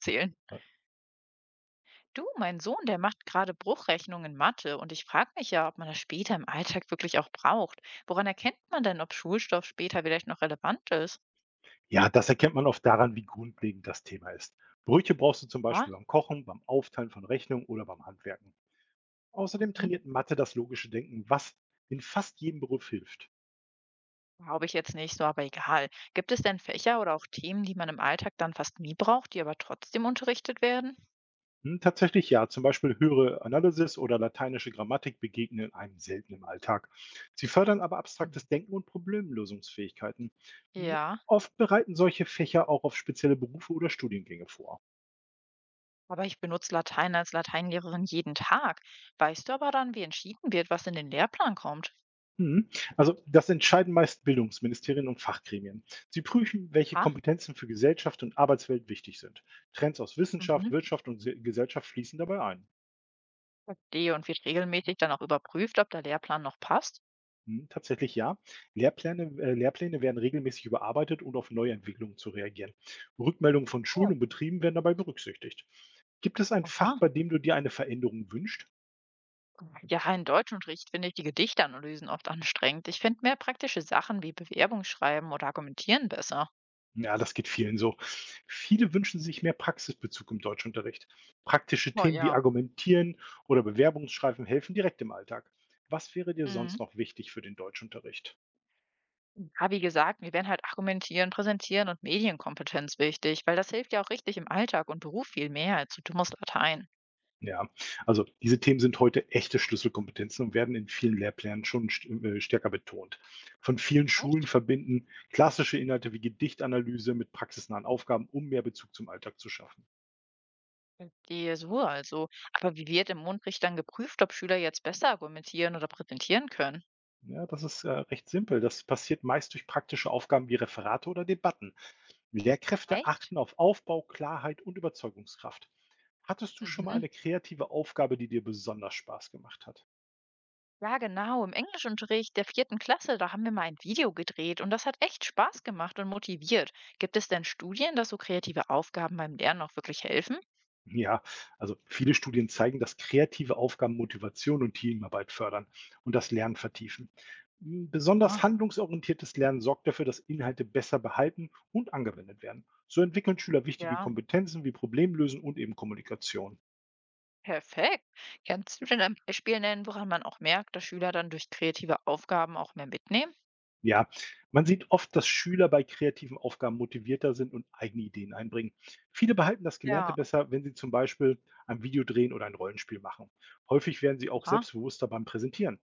Zählen. Ja. Du, mein Sohn, der macht gerade Bruchrechnungen in Mathe und ich frage mich ja, ob man das später im Alltag wirklich auch braucht. Woran erkennt man denn, ob Schulstoff später vielleicht noch relevant ist? Ja, das erkennt man oft daran, wie grundlegend das Thema ist. Brüche brauchst du zum Ah, Beispiel beim Kochen, beim Aufteilen von Rechnungen oder beim Handwerken. Außerdem mhm. trainiert Mathe das logische Denken, was in fast jedem Beruf hilft. Glaube ich jetzt nicht so, aber egal. Gibt es denn Fächer oder auch Themen, die man im Alltag dann fast nie braucht, die aber trotzdem unterrichtet werden? Tatsächlich ja. Zum Beispiel höhere Analysis oder lateinische Grammatik begegnen einem selten im Alltag. Sie fördern aber Hm. abstraktes Denken und Problemlösungsfähigkeiten. Hm, Ja, Oft bereiten solche Fächer auch auf spezielle Berufe oder Studiengänge vor. aber ich benutze Latein als Lateinlehrerin jeden Tag. Weißt du aber dann, wie entschieden wird, was in den Lehrplan kommt? Hm, Also das entscheiden meist Bildungsministerien und Fachgremien. Sie prüfen, welche Ah, Kompetenzen für Gesellschaft und Arbeitswelt wichtig sind. Trends aus Wissenschaft, mhm. Wirtschaft und Gesellschaft fließen dabei ein. Verstehe, und wird regelmäßig dann auch überprüft, ob der Lehrplan noch passt? Hm, tatsächlich ja. Lehrpläne werden regelmäßig überarbeitet, um auf Neuentwicklungen zu reagieren. Rückmeldungen von Schulen Oh, und Betrieben werden dabei berücksichtigt. Gibt es ein Fach, aha. bei dem du dir eine Veränderung wünschst? Ja, in Deutschunterricht finde ich die Gedichtanalysen oft anstrengend. Ich finde mehr praktische Sachen wie Bewerbung schreiben oder Argumentieren besser. Ja, das geht vielen so. Viele wünschen sich mehr Praxisbezug im Deutschunterricht. Praktische Oh Themen wie ja. Argumentieren oder Bewerbungsschreiben helfen direkt im Alltag. Was wäre dir Mhm. sonst noch wichtig für den Deutschunterricht? Ja, wie gesagt, mir wären halt Argumentieren, Präsentieren und Medienkompetenz wichtig, weil das hilft ja auch richtig im Alltag und Beruf viel mehr als so dummes Latein. Ja, also diese Themen sind heute echte Schlüsselkompetenzen und werden in vielen Lehrplänen schon st stärker betont. Von vielen Schulen Echt? verbinden klassische Inhalte wie Gedichtanalyse mit praxisnahen Aufgaben, um mehr Bezug zum Alltag zu schaffen. Die Sur also. Aber wie wird im Mundricht dann geprüft, ob Schüler jetzt besser argumentieren oder präsentieren können? Ja, das ist recht simpel. Das passiert meist durch praktische Aufgaben wie Referate oder Debatten. Lehrkräfte Echt? achten auf Aufbau, Klarheit und Überzeugungskraft. Hattest du schon mal Mhm. eine kreative Aufgabe, die dir besonders Spaß gemacht hat? Ja, genau. Im Englischunterricht der vierten Klasse, da haben wir mal ein Video gedreht und das hat echt Spaß gemacht und motiviert. Gibt es denn Studien, dass so kreative Aufgaben beim Lernen auch wirklich helfen? Ja, also viele Studien zeigen, dass kreative Aufgaben Motivation und Teamarbeit fördern und das Lernen vertiefen. Besonders Ah, handlungsorientiertes Lernen sorgt dafür, dass Inhalte besser behalten und angewendet werden. So entwickeln Schüler wichtige ja, Kompetenzen wie Problemlösen und eben Kommunikation. perfekt. Kannst du denn ein Beispiel nennen, woran man auch merkt, dass Schüler dann durch kreative Aufgaben auch mehr mitnehmen? Ja, man sieht oft, dass Schüler bei kreativen Aufgaben motivierter sind und eigene Ideen einbringen. Viele behalten das Gelernte Ja, besser, wenn sie zum Beispiel ein Video drehen oder ein Rollenspiel machen. Häufig werden sie auch aha, selbstbewusster beim Präsentieren.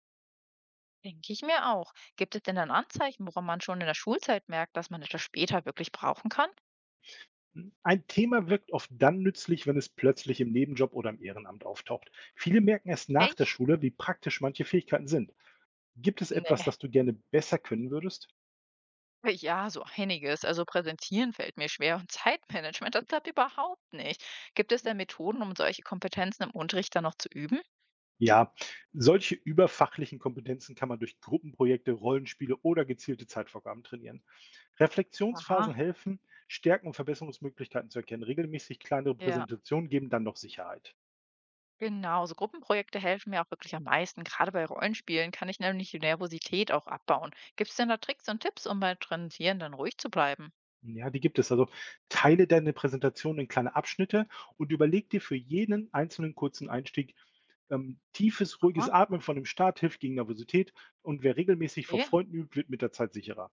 denke ich mir auch. Gibt es denn dann Anzeichen, woran man schon in der Schulzeit merkt, dass man etwas später wirklich brauchen kann? Ein Thema wirkt oft dann nützlich, wenn es plötzlich im Nebenjob oder im Ehrenamt auftaucht. Viele merken erst nach der Echt? Schule, wie praktisch manche Fähigkeiten sind. Gibt es etwas, Nee. das du gerne besser können würdest? Ja, so einiges. Also präsentieren fällt mir schwer und Zeitmanagement, das klappt überhaupt nicht. Gibt es denn Methoden, um solche Kompetenzen im Unterricht dann noch zu üben? Ja, solche überfachlichen Kompetenzen kann man durch Gruppenprojekte, Rollenspiele oder gezielte Zeitvorgaben trainieren. Reflexionsphasen Aha, helfen, Stärken und Verbesserungsmöglichkeiten zu erkennen. Regelmäßig kleinere ja, Präsentationen geben dann noch Sicherheit. genau. So Gruppenprojekte helfen mir auch wirklich am meisten. Gerade bei Rollenspielen kann ich nämlich die Nervosität auch abbauen. Gibt es denn da Tricks und Tipps, um beim Präsentieren dann ruhig zu bleiben? Ja, die gibt es. Also teile deine Präsentation in kleine Abschnitte und überleg dir für jeden einzelnen kurzen Einstieg. Tiefes, Aha, ruhiges Atmen von dem Start hilft gegen Nervosität und wer regelmäßig vor okay. Freunden übt, wird mit der Zeit sicherer.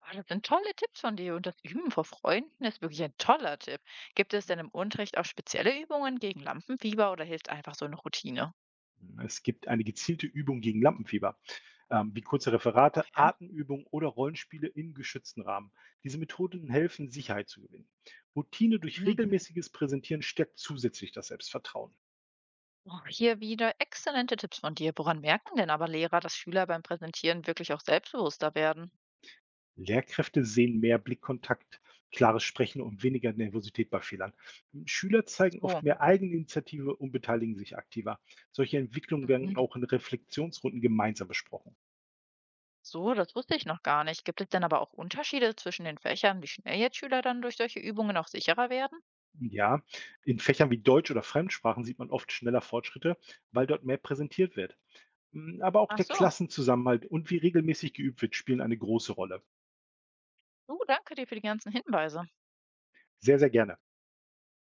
Ah, das sind tolle Tipps von dir und das Üben vor Freunden ist wirklich ein toller Tipp. Gibt es denn im Unterricht auch spezielle Übungen gegen Lampenfieber oder hilft einfach so eine Routine? Es gibt eine gezielte Übung gegen Lampenfieber, wie kurze Ach Referate, ja. Atemübungen oder Rollenspiele im geschützten Rahmen. Diese Methoden helfen, Sicherheit zu gewinnen. Routine durch Mhm. regelmäßiges Präsentieren stärkt zusätzlich das Selbstvertrauen. Auch hier wieder exzellente Tipps von dir. Woran merken denn aber Lehrer, dass Schüler beim Präsentieren wirklich auch selbstbewusster werden? Lehrkräfte sehen mehr Blickkontakt, klares Sprechen und weniger Nervosität bei Fehlern. Schüler zeigen oft So, mehr Eigeninitiative und beteiligen sich aktiver. Solche Entwicklungen werden mhm, auch in Reflexionsrunden gemeinsam besprochen. so, das wusste ich noch gar nicht. Gibt es denn aber auch Unterschiede zwischen den Fächern, wie schnell jetzt Schüler dann durch solche Übungen auch sicherer werden? Ja, in Fächern wie Deutsch oder Fremdsprachen sieht man oft schneller Fortschritte, weil dort mehr präsentiert wird. Hm, aber auch Ach der so, Klassenzusammenhalt und wie regelmäßig geübt wird, spielen eine große Rolle. du, danke dir für die ganzen Hinweise. Sehr, sehr gerne.